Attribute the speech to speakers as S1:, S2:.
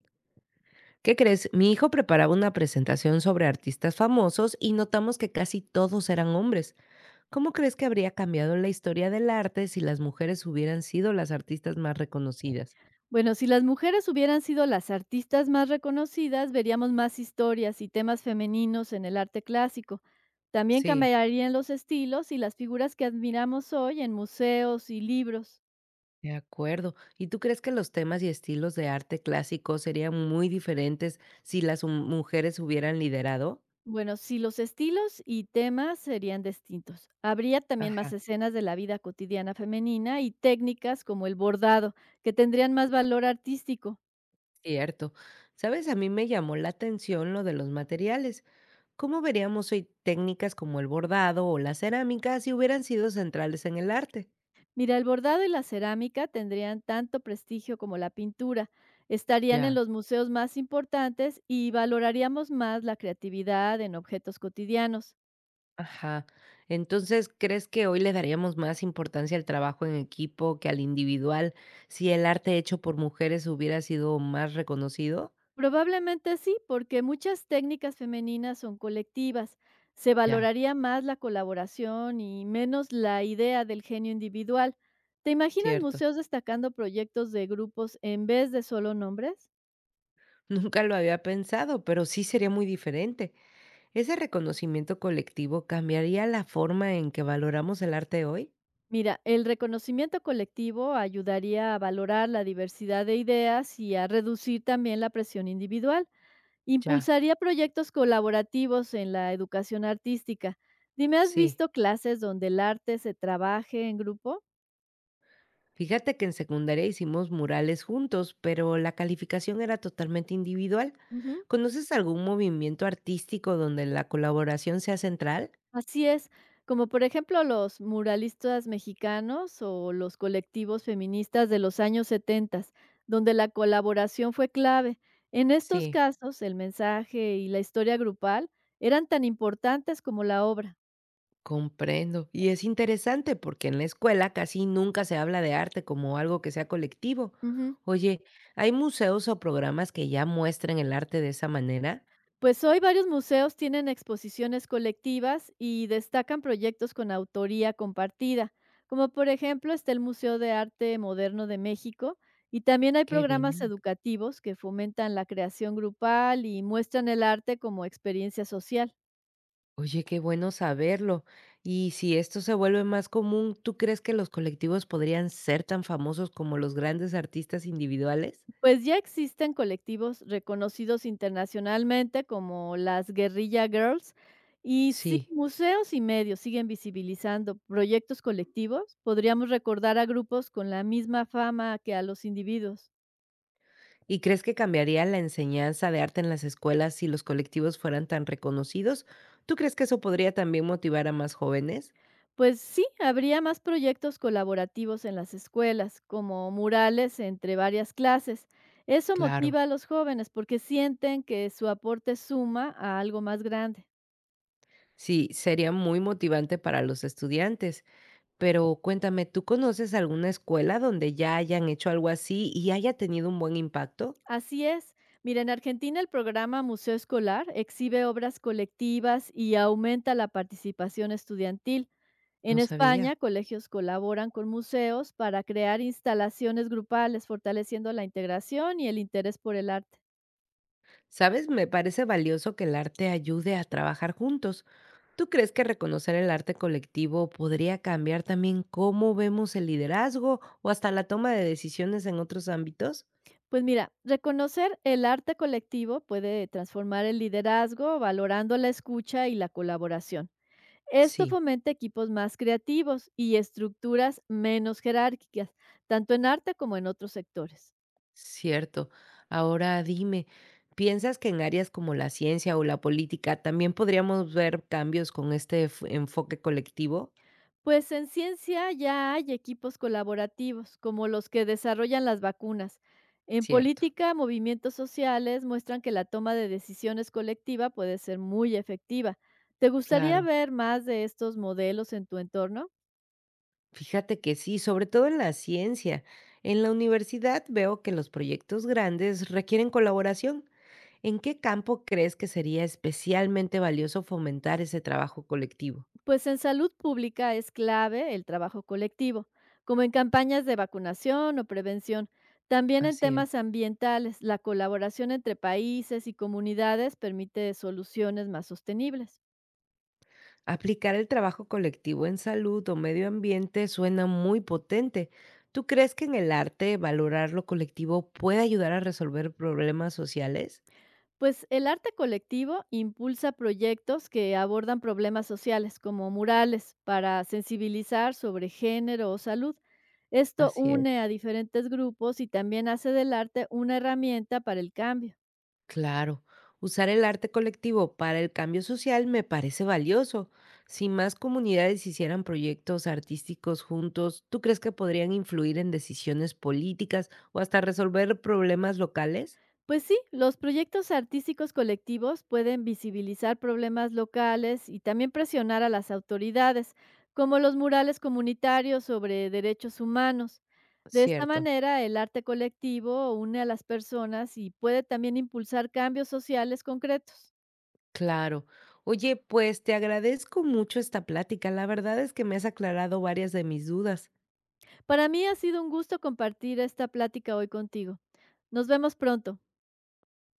S1: ¿Qué crees? Mi hijo preparaba una presentación sobre artistas famosos y notamos que casi todos eran hombres. ¿Cómo crees que habría cambiado la historia del arte si las mujeres hubieran sido las artistas más reconocidas?
S2: Bueno, si las mujeres hubieran sido las artistas más reconocidas, veríamos más historias y temas femeninos en el arte clásico. También
S1: Sí,
S2: cambiarían los estilos y las figuras que admiramos hoy en museos y libros.
S1: de acuerdo. ¿Y tú crees que los temas y estilos de arte clásico serían muy diferentes si las mujeres hubieran liderado?
S2: Bueno, si los estilos y temas serían distintos, habría también más
S1: Ajá,
S2: escenas de la vida cotidiana femenina y técnicas como el bordado, que tendrían más valor artístico.
S1: cierto. Sabes, a mí me llamó la atención lo de los materiales. ¿Cómo veríamos hoy técnicas como el bordado o la cerámica si hubieran sido centrales en el arte?
S2: Mira, el bordado y la cerámica tendrían tanto prestigio como la pintura, estarían en
S1: Ya.
S2: los museos más importantes y valoraríamos más la creatividad en objetos cotidianos.
S1: Ajá. Entonces, ¿crees que hoy le daríamos más importancia al trabajo en equipo que al individual si el arte hecho por mujeres hubiera sido más reconocido?
S2: Probablemente sí, porque muchas técnicas femeninas son colectivas. Se
S1: Ya,
S2: valoraría más la colaboración y menos la idea del genio individual. ¿Te imaginas
S1: cierto.
S2: museos destacando proyectos de grupos en vez de solo nombres?
S1: Nunca lo había pensado, pero sí sería muy diferente. ¿Ese reconocimiento colectivo cambiaría la forma en que valoramos el arte hoy?
S2: Mira, el reconocimiento colectivo ayudaría a valorar la diversidad de ideas y a reducir también la presión individual.
S1: Ya.
S2: Impulsaría proyectos colaborativos en la educación artística. Dime, ¿has
S1: Sí,
S2: visto clases donde el arte se trabaje en grupo?
S1: fíjate que en secundaria hicimos murales juntos, pero la calificación era totalmente individual.
S2: Ujú.
S1: ¿Conoces algún movimiento artístico donde la colaboración sea central?
S2: Así es, como por ejemplo los muralistas mexicanos o los colectivos feministas de los años 70, donde la colaboración fue clave. En estos
S1: Sí,
S2: casos, el mensaje y la historia grupal eran tan importantes como la obra.
S1: comprendo. Y es interesante porque en la escuela casi nunca se habla de arte como algo que sea colectivo.
S2: Ujú.
S1: Oye, ¿hay museos o programas que ya muestren el arte de esa manera?
S2: Pues hoy varios museos tienen exposiciones colectivas y destacan proyectos con autoría compartida, como por ejemplo está el Museo de Arte Moderno de México y también hay
S1: Qué
S2: programas
S1: bien.
S2: educativos que fomentan la creación grupal y muestran el arte como experiencia social.
S1: Oye, qué bueno saberlo. Y si esto se vuelve más común, ¿tú crees que los colectivos podrían ser tan famosos como los grandes artistas individuales?
S2: Pues ya existen colectivos reconocidos internacionalmente como las Guerrilla Girls y si
S1: Sí.
S2: museos y medios siguen visibilizando proyectos colectivos, podríamos recordar a grupos con la misma fama que a los individuos.
S1: ¿Y crees que cambiaría la enseñanza de arte en las escuelas si los colectivos fueran tan reconocidos? ¿Tú crees que eso podría también motivar a más jóvenes?
S2: Pues sí, habría más proyectos colaborativos en las escuelas, como murales entre varias clases. Eso
S1: Claro.
S2: motiva a los jóvenes porque sienten que su aporte suma a algo más grande.
S1: Sí, sería muy motivante para los estudiantes. Pero cuéntame, ¿tú conoces alguna escuela donde ya hayan hecho algo así y haya tenido un buen impacto?
S2: Así es. Mira, en Argentina el programa Museo Escolar exhibe obras colectivas y aumenta la participación estudiantil. En
S1: No sabía.
S2: España, colegios colaboran con museos para crear instalaciones grupales, fortaleciendo la integración y el interés por el arte.
S1: ¿Sabes? Me parece valioso que el arte ayude a trabajar juntos. ¿Tú crees que reconocer el arte colectivo podría cambiar también cómo vemos el liderazgo o hasta la toma de decisiones en otros ámbitos?
S2: Pues mira, reconocer el arte colectivo puede transformar el liderazgo valorando la escucha y la colaboración. Esto
S1: Sí,
S2: fomenta equipos más creativos y estructuras menos jerárquicas, tanto en arte como en otros sectores.
S1: cierto. Ahora dime, ¿piensas que en áreas como la ciencia o la política también podríamos ver cambios con este enfoque colectivo?
S2: Pues en ciencia ya hay equipos colaborativos, como los que desarrollan las vacunas. En
S1: Cierto,
S2: política, movimientos sociales muestran que la toma de decisiones colectiva puede ser muy efectiva. ¿Te gustaría
S1: claro.
S2: ver más de estos modelos en tu entorno?
S1: Fíjate que sí, sobre todo en la ciencia. En la universidad veo que los proyectos grandes requieren colaboración. ¿En qué campo crees que sería especialmente valioso fomentar ese trabajo colectivo?
S2: Pues en salud pública es clave el trabajo colectivo, como en campañas de vacunación o prevención. También en
S1: Así es.
S2: temas ambientales, la colaboración entre países y comunidades permite soluciones más sostenibles.
S1: Aplicar el trabajo colectivo en salud o medio ambiente suena muy potente. ¿Tú crees que en el arte valorar lo colectivo puede ayudar a resolver problemas sociales?
S2: Pues el arte colectivo impulsa proyectos que abordan problemas sociales, como murales, para sensibilizar sobre género o salud. Esto
S1: Así es.
S2: une a diferentes grupos y también hace del arte una herramienta para el cambio.
S1: Claro, usar el arte colectivo para el cambio social me parece valioso. Si más comunidades hicieran proyectos artísticos juntos, ¿tú crees que podrían influir en decisiones políticas o hasta resolver problemas locales?
S2: Pues sí, los proyectos artísticos colectivos pueden visibilizar problemas locales y también presionar a las autoridades, como los murales comunitarios sobre derechos humanos. De esta
S1: Cierto,
S2: manera, el arte colectivo une a las personas y puede también impulsar cambios sociales concretos.
S1: claro. Oye, pues te agradezco mucho esta plática. La verdad es que me has aclarado varias de mis dudas.
S2: Para mí ha sido un gusto compartir esta plática hoy contigo. Nos vemos pronto.